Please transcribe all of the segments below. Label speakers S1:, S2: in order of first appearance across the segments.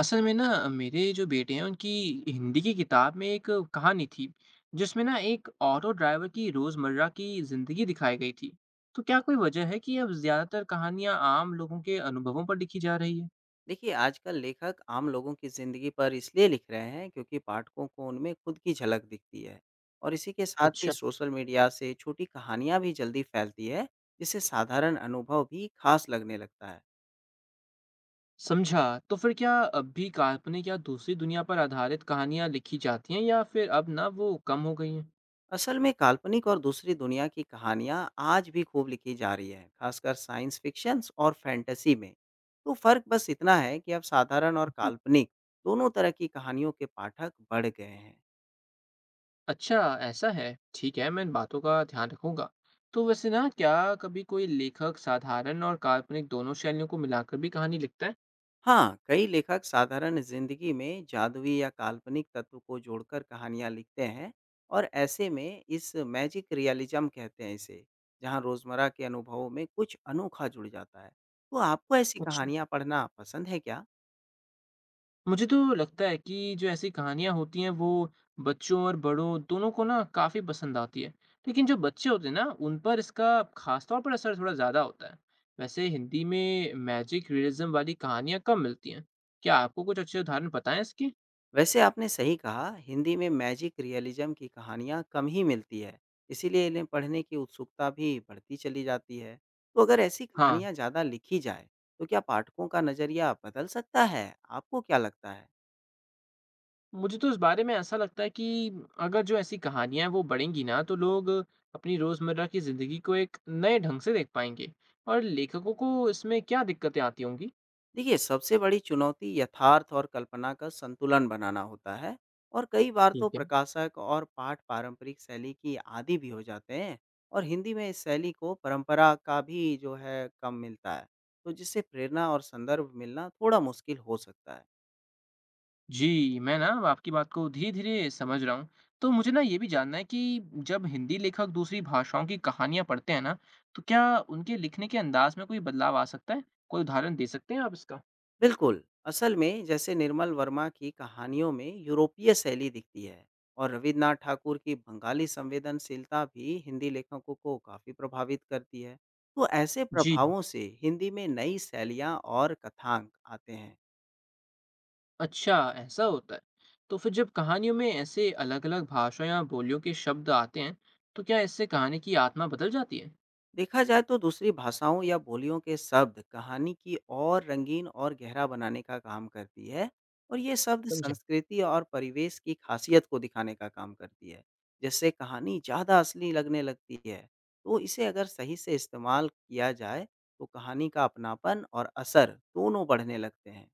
S1: असल में ना मेरे जो बेटे हैं उनकी हिंदी की किताब में एक कहानी थी, जिसमें ना एक ऑटो ड्राइवर की रोजमर्रा की जिंदगी दिखाई गई थी। तो क्या कोई वजह है कि अब ज्यादातर कहानियां आम लोगों के अनुभवों पर लिखी जा रही है?
S2: देखिए, आजकल लेखक आम लोगों की ज़िंदगी पर इसलिए लिख रहे हैं क्योंकि पाठकों को उनमें खुद की झलक दिखती है और इसी के साथ ही
S1: अच्छा।
S2: सोशल मीडिया से छोटी कहानियाँ भी जल्दी फैलती है, जिससे साधारण अनुभव भी खास लगने लगता है।
S1: समझा। तो फिर क्या अब भी काल्पनिक या दूसरी दुनिया पर आधारित कहानियां लिखी जाती हैं, या फिर अब ना वो कम हो गई हैं?
S2: असल में काल्पनिक और दूसरी दुनिया की कहानियाँ आज भी खूब लिखी जा रही है, खासकर साइंस फ़िक्शंस और फ़ैंटेसी में। तो फ़र्क बस इतना है कि अब साधारण और काल्पनिक दोनों तरह की कहानियों के पाठक बढ़ गए हैं।
S1: अच्छा। ऐसा है, ठीक है, मैं इन बातों का ध्यान रखूंगा। तो वैसे ना क्या कभी कोई लेखक साधारण और काल्पनिक दोनों शैलियों को मिलाकर भी कहानी लिखता है?
S2: हाँ, कई लेखक साधारण ज़िंदगी में जादुई या काल्पनिक तत्व को जोड़कर कहानियाँ लिखते हैं और ऐसे में इस मैजिक रियलिज़्म कहते हैं इसे, जहाँ रोज़मर्रा के अनुभवों में कुछ अनोखा जुड़ जाता है। तो आपको ऐसी
S1: अच्छा।
S2: कहानियाँ पढ़ना पसंद है क्या?
S1: मुझे तो लगता है कि जो ऐसी कहानियाँ होती हैं वो बच्चों और बड़ों दोनों को ना काफ़ी पसंद आती है। लेकिन जो बच्चे होते हैं ना उन पर इसका खास तौर पर असर थोड़ा ज़्यादा होता है। वैसे हिंदी में मैजिक रियलिज्म वाली कहानियाँ कम मिलती हैं। क्या आपको कुछ अच्छे उदाहरण पता है इसके?
S2: वैसे आपने सही कहा, हिंदी में मैजिक रियलिज़्म की कहानियाँ कम ही मिलती है, इसीलिए इन्हें पढ़ने की उत्सुकता भी बढ़ती चली जाती है। तो अगर ऐसी
S1: हाँ,
S2: कहानियाँ ज़्यादा लिखी जाए, तो क्या पाठकों का नज़रिया बदल सकता है? आपको क्या लगता है?
S1: मुझे तो इस बारे में ऐसा लगता है कि अगर जो ऐसी कहानियाँ हैं वो बढ़ेंगी ना, तो लोग अपनी रोज़मर्रा की ज़िंदगी को एक नए ढंग से देख पाएंगे। और लेखकों को इसमें क्या दिक्कतें आती होंगी?
S2: देखिए, सबसे बड़ी चुनौती यथार्थ और कल्पना का संतुलन बनाना होता है और कई बार तो
S1: ठीक है।
S2: प्रकाशक और पाठ पारंपरिक शैली की आदी भी हो जाते हैं। और हिंदी में इस शैली को परंपरा का भी जो है कम मिलता है, तो जिससे प्रेरणा और संदर्भ मिलना थोड़ा मुश्किल हो सकता है।
S1: जी, मैं ना आपकी बात को धीरे-धीरे समझ रहा हूँ। तो मुझे ना ये भी जानना है कि जब हिंदी लेखक दूसरी भाषाओं की कहानियाँ पढ़ते हैं ना, तो क्या उनके लिखने के अंदाज में कोई बदलाव आ सकता है? कोई उदाहरण दे सकते हैं आप इसका?
S2: बिल्कुल, असल में जैसे निर्मल वर्मा की कहानियों में यूरोपीय शैली दिखती है और रविन्द्रनाथ ठाकुर की बंगाली संवेदनशीलता भी हिंदी लेखकों को काफ़ी प्रभावित करती है। तो ऐसे
S1: जी।
S2: प्रभावों से हिंदी में नई शैलियाँ और कथांक आते हैं।
S1: अच्छा, ऐसा होता है। तो फिर जब कहानियों में ऐसे अलग-अलग भाषा या बोलियों के शब्द आते हैं, तो क्या इससे कहानी की आत्मा बदल जाती है?
S2: देखा जाए तो दूसरी भाषाओं या बोलियों के शब्द कहानी की और रंगीन और गहरा बनाने का काम करती है और ये शब्द
S1: समझा।
S2: संस्कृति और परिवेश की खासियत को दिखाने का काम करती है, जिससे कहानी ज़्यादा असली लगने लगती है। तो इसे अगर सही से इस्तेमाल किया जाए तो कहानी का अपनापन और असर दोनों बढ़ने लगते हैं।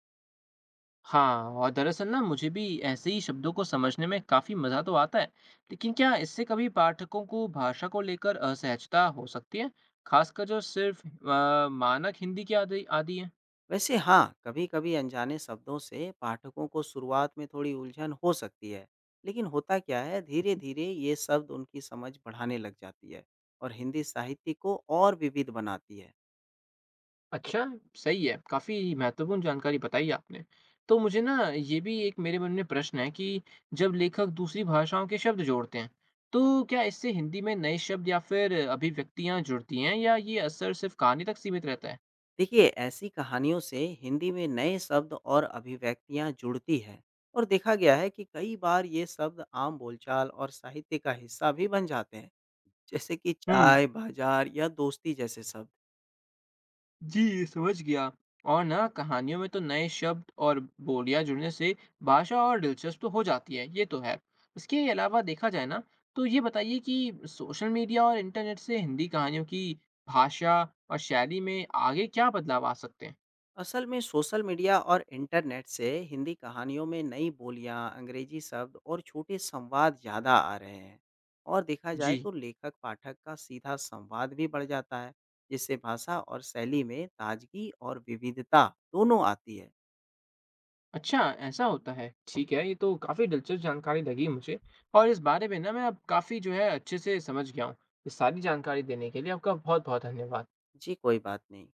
S1: हाँ, और दरअसल ना मुझे भी ऐसे ही शब्दों को समझने में काफी मजा तो आता है। लेकिन क्या इससे कभी पाठकों को भाषा को लेकर असहजता हो सकती है, खासकर जो सिर्फ मानक हिंदी की आदि आदि है?
S2: वैसे हाँ, कभी-कभी अनजाने शब्दों से पाठकों को शुरुआत में थोड़ी उलझन हो सकती है, लेकिन होता क्या है धीरे-धीरे ये शब्द उनकी समझ बढ़ाने लग जाती है और हिंदी साहित्य को और विविध बनाती है।
S1: अच्छा। सही है, काफी महत्वपूर्ण जानकारी बताई आपने। तो मुझे ना ये भी एक मेरे मन में प्रश्न है कि जब लेखक दूसरी भाषाओं के शब्द जोड़ते हैं, तो क्या इससे हिंदी में नए शब्द या फिर अभिव्यक्तियां जुड़ती हैं, या ये असर सिर्फ कहानी तक सीमित रहता है?
S2: देखिए, ऐसी कहानियों से हिंदी में नए शब्द और अभिव्यक्तियाँ जुड़ती हैं और देखा गया है कि कई बार ये शब्द आम बोलचाल और साहित्य का हिस्सा भी बन जाते हैं, जैसे कि
S1: हम्म।
S2: चाय, बाजार या दोस्ती जैसे शब्द।
S1: जी, समझ गया। और ना कहानियों में तो नए शब्द और बोलियां जुड़ने से भाषा और दिलचस्प तो हो जाती है, ये तो है। इसके अलावा देखा जाए ना, तो ये बताइए कि सोशल मीडिया और इंटरनेट से हिंदी कहानियों की भाषा और शैली में आगे क्या बदलाव आ सकते हैं?
S2: असल में सोशल मीडिया और इंटरनेट से हिंदी कहानियों में नई बोलियां, अंग्रेजी शब्द और छोटे संवाद ज़्यादा आ रहे हैं और देखा जाए
S1: जी।
S2: तो लेखक पाठक का सीधा संवाद भी बढ़ जाता है, जिससे भाषा और शैली में ताजगी और विविधता दोनों आती है।
S1: अच्छा, ऐसा होता है। ठीक है, ये तो काफ़ी दिलचस्प जानकारी लगी मुझे। और इस बारे में ना मैं अब काफ़ी जो है अच्छे से समझ गया हूँ। इस सारी जानकारी देने के लिए आपका बहुत-बहुत धन्यवाद।
S2: जी, कोई बात नहीं।